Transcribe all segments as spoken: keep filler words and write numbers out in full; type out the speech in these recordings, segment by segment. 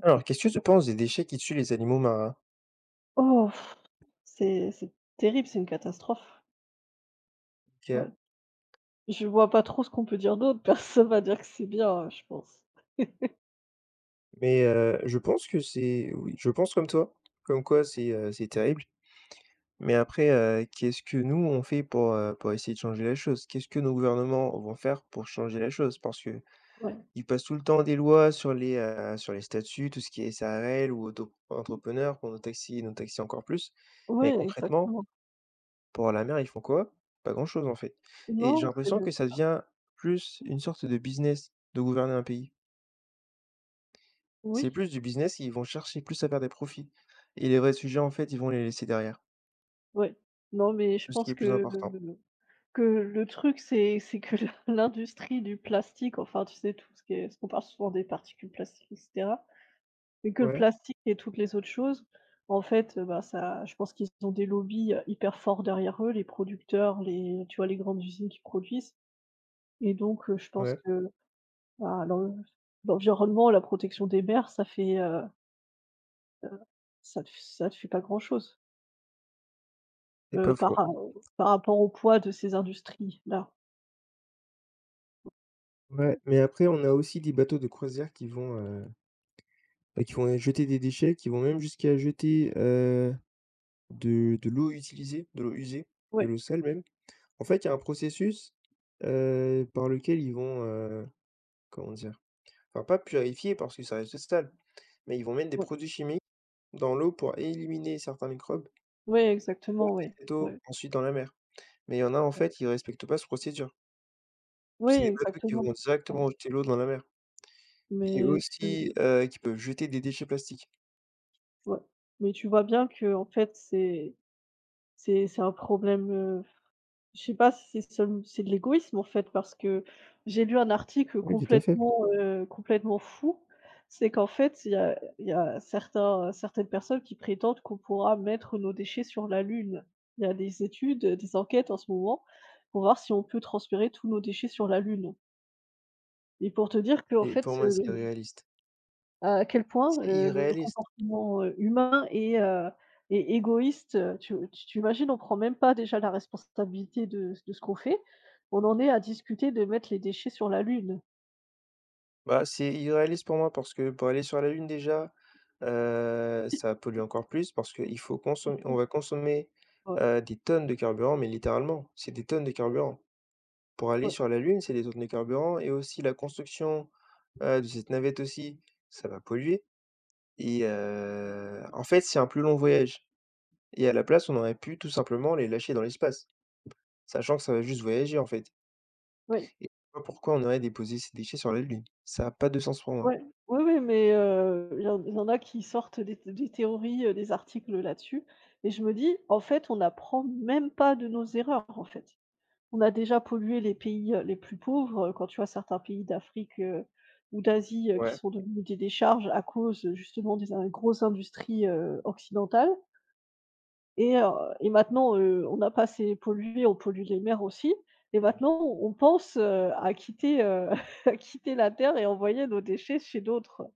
Alors, qu'est-ce que tu penses des déchets qui tuent les animaux marins? Oh! Pff, C'est c'est terrible, c'est une catastrophe. Ouais. OK. Je vois pas trop ce qu'on peut dire d'autre. Personne va dire que c'est bien, je pense. Mais heu, je pense que c'est oui, je pense comme toi, comme quoi c'est, heu, c'est terrible. Mais après, heu, qu'est-ce que nous, on fait pour, heu, pour essayer de changer la chose? Qu'est-ce que nos gouvernements vont faire pour changer la chose? Parce que Ouais. ils passent tout le temps des lois sur les, heu, sur les statuts, tout ce qui est S A R L ou auto-entrepreneur pour nos taxis et nos taxis encore plus. Mais Ouais, concrètement, exactement. pour la mer, ils font quoi? Pas grand-chose, en fait. Et j'ai Non, c'est l'impression que ça devient plus une sorte de business de gouverner un pays. oui, C'est plus du business, ils vont chercher plus à faire des profits et les vrais sujets, en fait, ils vont les laisser derrière. ouais. Non, mais je Tout ce qui pense est plus que important. que le truc, c'est c'est que l'industrie du plastique, enfin, tu sais, tout ce qui est ce qu'on parle souvent des particules plastiques et cetera, mais que le Ouais, plastique et toutes les autres choses, en fait, heu, bah, ça je pense qu'ils ont des lobbies, heu, hyper forts derrière eux, les producteurs, les tu vois, les grandes usines qui produisent. Et donc, heu, je pense ouais, que, bah, l'en l'environnement, la protection des mers, ça fait, heu heu, ça ne f ça ne fait pas grand-chose, c'est heu, pas par faux. ra par rapport au poids de ces industries-là. Ouais, mais après, on a aussi des bateaux de croisière qui vont, heu, bah, qui vont jeter des déchets, qui vont même jusqu'à jeter, heu, de de l'eau utilisée, de l'eau usée, de Oui, l'eau sale même. En fait, il y a un processus, heu, par lequel ils vont, heu, comment dire? Enfin, pas purifier parce que ça reste sale, mais ils vont mettre des ouais, ouais, produits chimiques dans l'eau pour éliminer certains microbes, ouais, exactement, rejeter oui, cette ouais, eau ensuite dans la mer. Mais il y en a, en ouais. fait, ils respectent pas cette procédure. C'est Ouais, des bateaux qui exactement. vont directement jeter l'eau dans la mer et Mais tu aussi, heu, qui peuvent jeter des déchets plastiques. Ouais, mais tu vois bien que, en fait, c'est c'est c'est un problème, heu Je sais pas si c'est seul c'est de l'égoïsme en fait, parce que j'ai lu un article Oui, tout à fait. complètement, heu, complètement fou. C'est qu'en fait, il y a il y a certains, certaines personnes qui prétendent qu'on pourra mettre nos déchets sur la Lune. Il y a des études, heu, des enquêtes en ce moment pour voir si on peut transférer tous nos déchets sur la Lune et pour te dire qu'en Et fait, pour moi, c'est heu irréaliste. à quel point, C'est heu, le irréaliste. comportement, heu, humain est, heu, est égoïste, heu, tu tu tu imagines, on prend même pas déjà la responsabilité de de ce qu'on fait. On en est à discuter de mettre les déchets sur la Lune. Bah, c'est irréaliste pour moi parce que pour aller sur la Lune déjà, heu, ça pollue encore plus parce qu'il faut consommer. On va consommer, Ouais, heu, des tonnes de carburant, mais littéralement, c'est des tonnes de carburant. Pour aller ouais, sur la Lune, c'est des tonnes de carburant et aussi la construction, heu, de cette navette aussi, ça va polluer et heu, en fait, c'est un plus long voyage et à la place, on aurait pu tout simplement les lâcher dans l'espace, sachant que ça va juste voyager, en fait, ouais, et je sais pas pourquoi on aurait déposé ces déchets sur la Lune. Ça a pas de sens pour moi. ouais, oui, oui, mais heu, il y en il y en a qui sortent des des théories, heu, des articles là-dessus et je me dis: «En fait, on n'apprend même pas de nos erreurs, en fait». On a déjà pollué les pays, heu, les plus pauvres, heu, quand tu vois certains pays d'Afrique, heu, ou d'Asie, heu, qui Ouais, sont devenus des décharges à cause, heu, justement des in grosses industries, heu, occidentales. et heu et maintenant, heu, on n'a pas assez pollué, on pollue les mers aussi et maintenant on pense, heu, à quitter, heu, à quitter la terre et envoyer nos déchets chez d'autres.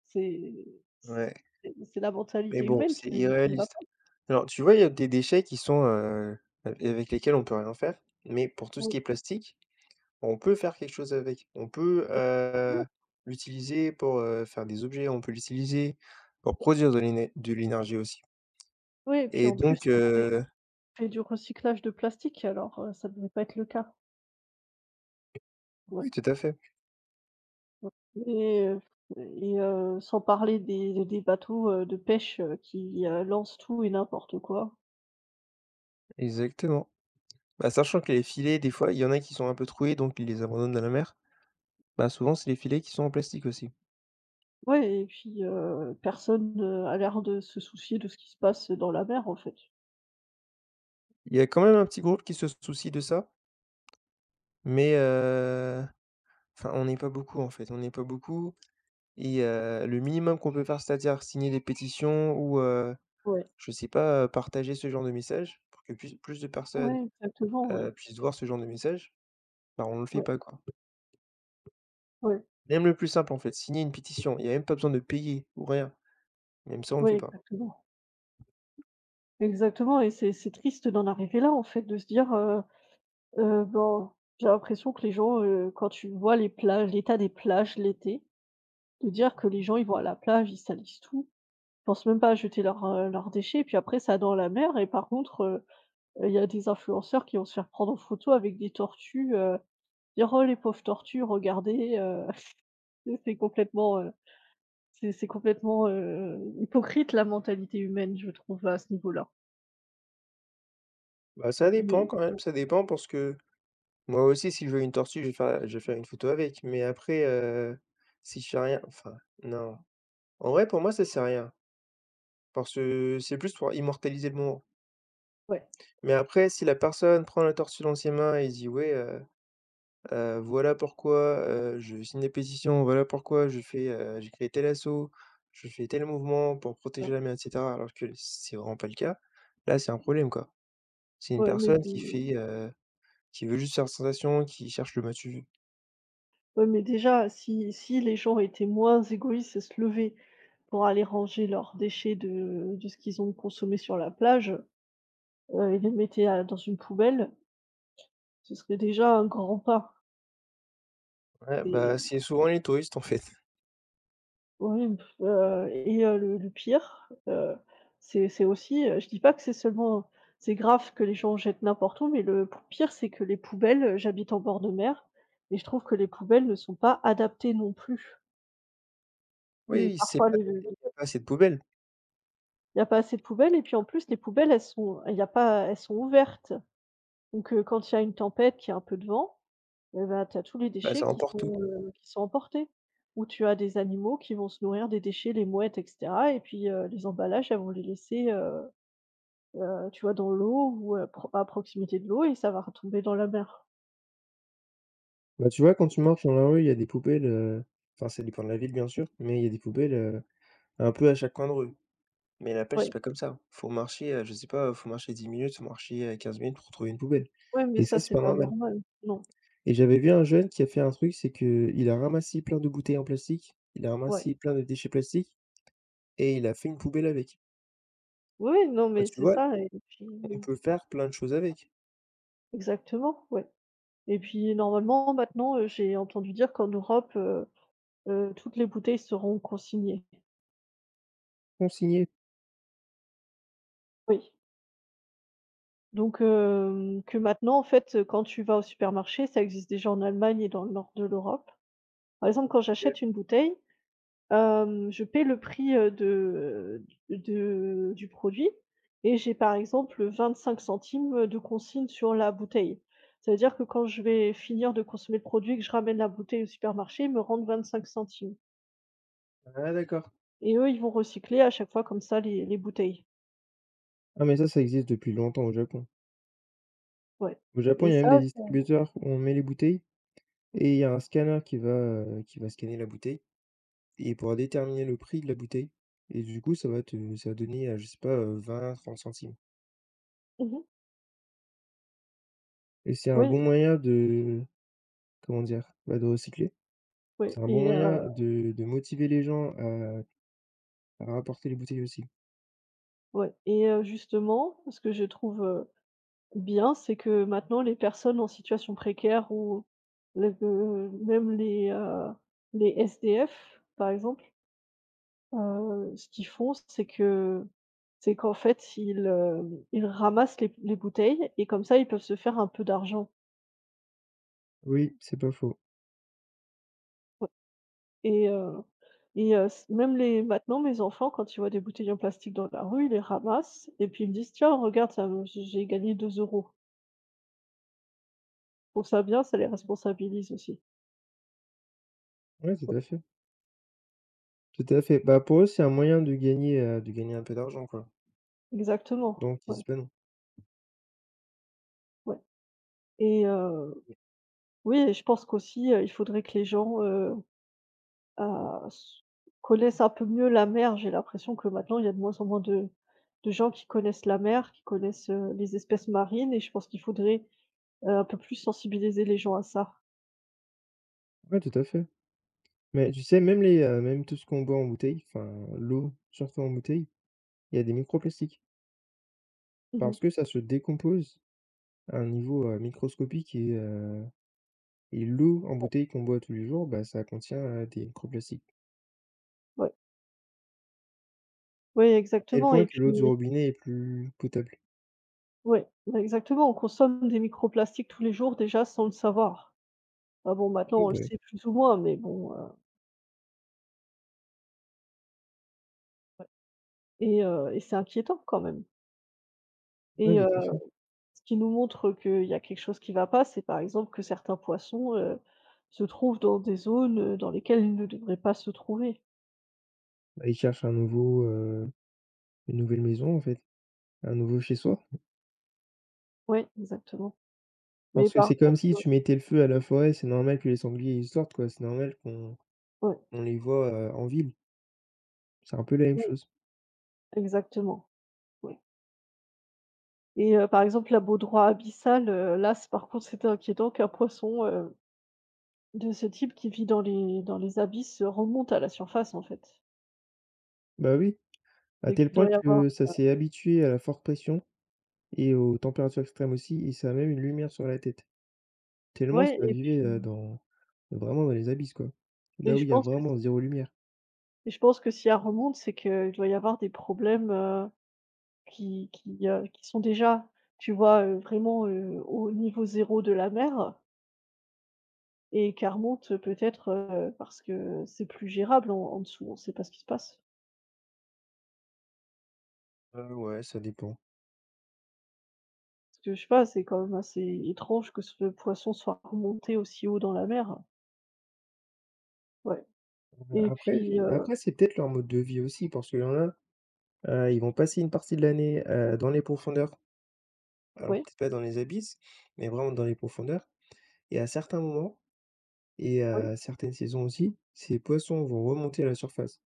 C'est ouais. c'est c'est la Mais mentalité bon, humaine c'est qui qui ne va irréaliste. pas. Alors, tu vois, il y a des déchets qui sont, heu, av avec lesquels on peut rien faire, mais pour tout ce Oui, qui est plastique, on peut faire quelque chose avec. On peut, heu, effectivement. l'utiliser pour, heu, faire des objets, on peut l'utiliser pour produire de l'éné de l'énergie aussi Oui et puis et en plus, donc on fait heu fait du recyclage de plastique alors, heu, ça ne devrait pas être le cas. Ouais, Oui, tout à fait, ouais. et heu, et heu, Sans parler des des bateaux, heu, de pêche, heu, qui, heu, lancent tout et n'importe quoi. exactement. Bah, sachant que les filets, des fois, il y en a qui sont un peu troués, donc ils les abandonnent dans la mer. Bah, souvent, c'est les filets qui sont en plastique aussi. Ouais et puis, heu, personne, heu, a l'air de se soucier de ce qui se passe dans la mer, en fait. Il y a quand même un petit groupe qui se soucie de ça. Mais heu, enfin, on n'est pas beaucoup, en fait, on n'est pas beaucoup et heu, le minimum qu'on peut faire, c'est-à-dire signer des pétitions ou heu, Ouais, je sais pas, heu, partager ce genre de message pour que plus plus de personnes, ouais, exactement, ouais. heu, puissent voir ce genre de message, bah, on le fait Ouais, pas, quoi. ouais, Même le plus simple, en fait, signer une pétition, il y a même pas besoin de payer ou rien. Même ça, on le ouais, fait pas. exactement. Exactement et c'est c'est triste d'en arriver là, en fait, de se dire, heu heu, ben, j'ai l'impression que les gens, heu, quand tu vois les plages l'état des plages l'été, de dire que les Mmh. gens ils vont à la plage, ils salissent tout. Pensent même pas à jeter leurs, heu, leurs déchets puis après ça dans la mer et par contre, heu, heu, il y a des influenceurs qui vont se faire prendre en photo avec des tortues, heu, dire: «Oh les pauvres tortues, regardez, heu». C'est c'est complètement, heu, c'est c'est complètement, heu, hypocrite la mentalité humaine je trouve à ce niveau-là. Bah, ça dépend De quand même, ça dépend parce que moi aussi si je veux une tortue, je vais faire je vais faire une photo avec, mais après, heu, si je fais rien, enfin non. En vrai, pour moi, ça c'est rien. Parce que c'est plus pour immortaliser le moment. ouais, Mais après, si la personne prend la tortue dans ses mains et dit: «Ouais, heu heu, voilà pourquoi, heu, je signe des pétitions, voilà pourquoi je fais, heu, j'ai créé tel assaut, je fais tel mouvement pour ouais, protéger la mer» et cetera, alors que c'est vraiment pas le cas, là, c'est un problème, quoi. C'est une ouais, mais personne qui de fait, heu, qui veut juste faire sensation, qui cherche le matu. ouais, mais déjà si si les gens étaient moins égoïstes et se levaient pour aller ranger leurs déchets de de ce qu'ils ont consommé sur la plage, heu, et les mettaient à dans une poubelle. Ce serait déjà un grand pas Ouais, et bah, c'est souvent les touristes, en fait. oui, heu et heu, le le pire, heu, c'est c'est aussi, heu, je dis pas que c'est seulement c'est grave que les gens jettent n'importe où, mais le p pire, c'est que les poubelles, heu, j'habite en bord de mer et je trouve que les poubelles ne sont pas adaptées non plus et Oui, c'est parfois pas les noté, les il y a pas assez de poubelles. il y a pas assez de poubelles et puis en plus les poubelles, elles sont il y a pas elles sont ouvertes donc heu, quand il y a une tempête, qu'il y a un peu de vent. Et bah, tu as tous les Bah, déchets ça qui emporte tout. sont, heu, qui sont emportés, où tu as des animaux qui vont se nourrir des déchets, les mouettes et cetera et puis, heu, les emballages, elles vont les laisser, heu heu, tu vois, dans l'eau ou heu, pro à proximité de l'eau et ça va retomber dans la mer. Bah, tu vois, quand tu marches dans la rue, il y a des poubelles, heu, enfin, ça dépend de la ville, bien sûr, mais il y a des poubelles, heu, un peu à chaque coin de rue. Mais la pêche, c'est Ouais, pas comme ça. Faut marcher, heu, je sais pas, faut marcher dix minutes, faut marcher, heu, quinze minutes pour trouver une poubelle ouais, mais et ça, ça, c'est c'est pas pas normal. normal. Non, Et j'avais vu un jeune qui a fait un truc, c'est que il a ramassé plein de bouteilles en plastique, il a ouais. ramassé plein de déchets plastiques et il a fait une poubelle avec. Oui, oui, non, Bah, mais tu c'est vois, ça et on puis peut faire plein de choses avec. exactement, ouais et puis normalement, maintenant, heu, j'ai entendu dire qu'en Europe, heu heu, toutes les bouteilles seront consignées. Consigné, Oui. Donc hem, que maintenant, en fait, heu, quand tu vas au supermarché, ça existe déjà en Allemagne et dans le nord de l'Europe. Par exemple, quand j'achète une bouteille, hem, je paie le prix, heu, de de du produit et j'ai, par exemple, vingt-cinq centimes, de consigne sur la bouteille. Ça veut dire que quand je vais finir de consommer le produit et que je ramène la bouteille au supermarché, ils me rendent vingt-cinq centimes ah d'accord. et eux, ils vont recycler à chaque fois comme ça les les bouteilles. Ah mais ça, ça existe depuis longtemps au Japon. Ouais Au Japon, et il y a ça, même des ça distributeurs où on met les bouteilles. Et il y a un scanner qui va, heu, qui va scanner la bouteille et il pourra déterminer le prix de la bouteille et du coup, ça va te ça va donner, heu, je sais pas, heu, vingt trente centimes mmh. et c'est un bon Oui, moyen de, comment dire? Bah, de recycler. oui C'est un bon et moyen de de motiver les gens à à rapporter les bouteilles aussi. ouais et heu, justement, ce que je trouve, heu, bien, c'est que maintenant les personnes en situation précaire ou les de même les, heu, les S D F par exemple, heu, ce qu'ils font c'est que c'est qu'en fait ils, heu, ils ramassent les les bouteilles et comme ça ils peuvent se faire un peu d'argent. Oui, c'est pas faux. Ouais et heu et heu, s même les maintenant mes enfants quand ils voient des bouteilles en plastique dans la rue, ils les ramassent et puis ils me disent: «Tiens regarde ça, heu, j'ai gagné deux euros. Je ça bien, ça les responsabilise aussi.» Ouais, tout à fait, tout à fait. Bah, pour eux, c'est un moyen de gagner, heu, de gagner un peu d'argent, quoi, Exactement, donc ils ouais, disent pas non. ouais et heu, Oui. oui et je pense qu'aussi, heu, il faudrait que les gens, heu, a s connaissent un peu mieux la mer. J'ai l'impression que maintenant, il y a de moins en moins de de gens qui connaissent la mer, qui connaissent, heu, les espèces marines et je pense qu'il faudrait, heu, un peu plus sensibiliser les gens à ça. Ouais, tout à fait. Mais tu sais, même les, heu, même tout ce qu'on boit en bouteille, enfin l'eau, surtout en bouteille, il y a des microplastiques. Mmh. Parce que ça se décompose à un niveau, heu, microscopique et heu, et l'eau en Ouais, bouteille qu'on boit tous les jours, bah, ça contient, heu, des microplastiques. oui, À tel exactement et point que puis l'eau du robinet est plus potable. ouais, ouais, exactement, on consomme des microplastiques tous les jours déjà sans le savoir. Ah bon, Oui, maintenant on le bah. sait plus ou moins, mais bon, heu Et heu et c'est inquiétant quand même et Oui, heu, tout à fait. ce qui nous montre qu'il y a quelque chose qui ne va pas, c'est par exemple que certains poissons, heu, se trouvent dans des zones, heu, dans lesquelles ils ne devraient pas se trouver. Bah, ils cherchent un nouveau, heu, une nouvelle maison, en fait, un nouveau chez soi. Oui, exactement. Mais Parce que par c'est comme contre, si heu tu mettais le feu à la forêt, c'est normal que les sangliers, ils sortent, quoi. C'est normal qu'on ouais, qu'on les voit, heu, en ville. C'est un peu la même oui, chose. exactement, oui et heu, par exemple, la baudroie abyssale, heu, là, c'est par contre, c'est inquiétant qu'un poisson, heu, de ce type qui vit dans les dans les abysses, euh, remonte à la surface, en fait. Bah, oui, à C'est tel qu'il point doit y avoir que ça s'est habitué à la forte pression et aux températures extrêmes aussi et ça a même une lumière sur la tête. Tellement ouais ça et vivait, heu, puis dans vraiment dans les abysses, quoi. et Là où je il y a pense que vraiment zéro lumière. Et je pense que si elle remonte, c'est qu'il doit y avoir des problèmes, heu, qui qui, heu, qui sont déjà, tu vois, heu, vraiment, heu, au niveau zéro de la mer et qu'elle remonte, peut-être, heu, parce que c'est plus gérable en en dessous, on ne sait pas ce qui se passe. Heu, ouais, ça dépend. Parce que je sais pas, c'est quand même assez étrange que ce poisson soit remonté aussi haut dans la mer. Ouais et Après puis, je heu après c'est peut-être leur mode de vie aussi parce qu'il y en a. Heu, ils vont passer une partie de l'année, heu, dans les profondeurs. Alors ouais, peut-être pas dans les abysses, mais vraiment dans les profondeurs et à certains moments et ouais. heu, certaines saisons aussi, ces poissons vont remonter à la surface.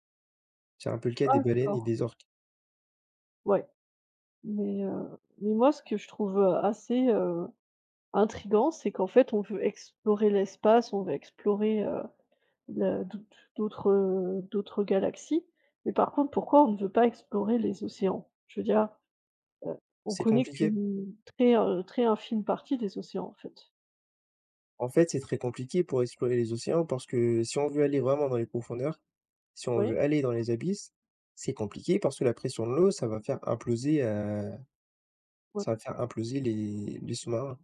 C'est un peu le cas Ah des baleines d'accord, et des orques. ouais. Mais, heu, mais moi ce que je trouve, heu, assez, heu, intriguant, c'est qu'en fait on veut explorer l'espace, on veut explorer, la d'au d'autres, heu, d'autres galaxies. Mais par contre, pourquoi on ne veut pas explorer les océans? Je veux dire, heu, on C'est connaît compliqué. qu'une très, heu, très infime partie des océans, en fait. En fait, c'est très compliqué pour explorer les océans parce que si on veut aller vraiment dans les profondeurs, si on Ouais, veut aller dans les abysses, c'est compliqué parce que la pression de l'eau, ça va faire imploser, heu, ouais, ça va faire imploser les les sous-marins.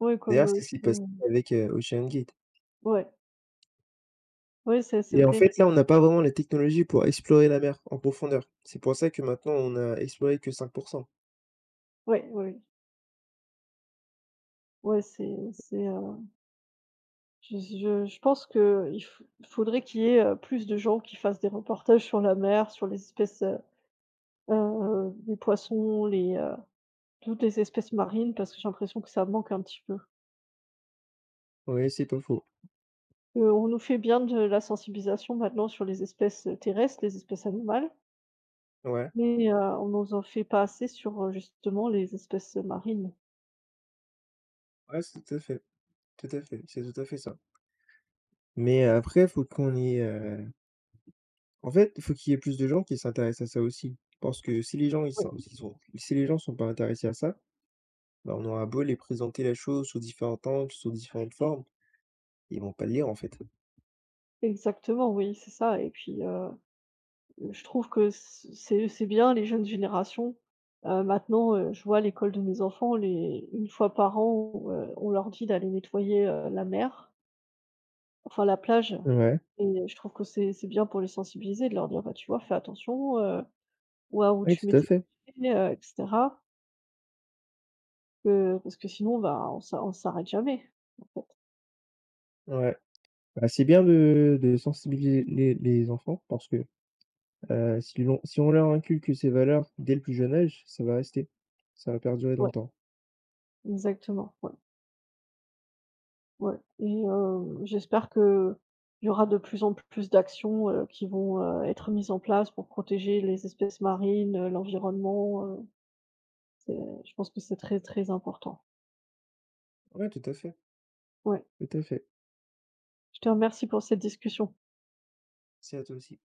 ouais, comme, D'ailleurs, heu, c'est ce qui s'est ce passé avec, heu, Ocean Gate. ouais, ouais, c'est c'est Et en vrai. fait, là, on n'a pas vraiment les technologies pour explorer la mer en profondeur. C'est pour ça que maintenant on a exploré que cinq. Ouais, ouais, ouais, c'est c'est, heu, je je je pense qu'il f faudrait qu'il y ait, heu, plus de gens qui fassent des reportages sur la mer, sur les espèces, heu heu, les poissons, les, heu, toutes les espèces marines parce que j'ai l'impression que ça manque un petit peu. Oui, c'est pas faux. Heu, on nous fait bien de la sensibilisation maintenant sur les espèces, terrestres, les espèces animales, Ouais, mais, heu, on nous en fait pas assez sur, heu, justement les espèces, marines. ouais, c'est tout à fait, tout à fait, c'est tout à fait ça. Mais euh, après, faut qu'on ait, heu, en fait, faut qu'il y ait plus de gens qui s'intéressent à ça aussi. Parce que si les gens ils Ouais, s'in ils sont si les gens sont pas intéressés à ça, bah, on aura beau les présenter la chose sous différentes angles, sous différentes formes, ils vont pas le lire, en fait. exactement, oui, c'est ça et puis, heu, je trouve que c c'est c'est bien les jeunes générations, heu, maintenant, heu, je vois à l'école de mes enfants les une fois par an, heu, on leur dit d'aller nettoyer, heu, la mer, enfin la plage Ouais, et je trouve que c'est c'est bien pour les sensibiliser de leur dire: «Bah, tu vois, fais attention, heu, vois où oui, tu mets tout à tes fait. pieds, heu et cetera. Heu, parce que sinon on va on s'a on s'arrête jamais, en fait.» Ouais. Bah, c'est bien de de sensibiliser les les enfants parce que, heu, si l'on si on leur inculque ces valeurs dès le plus jeune âge, ça va rester, ça va perdurer dans Ouais, le temps. exactement, ouais, ouais et heu, j'espère qu'il y aura de plus en plus d'actions, heu, qui vont, heu, être mises en place pour protéger les espèces marines, heu, l'environnement, heu, c'est je pense que c'est très, très important. Ouais, tout à fait, Ouais. tout à fait. Je te remercie pour cette discussion. C'est à toi aussi.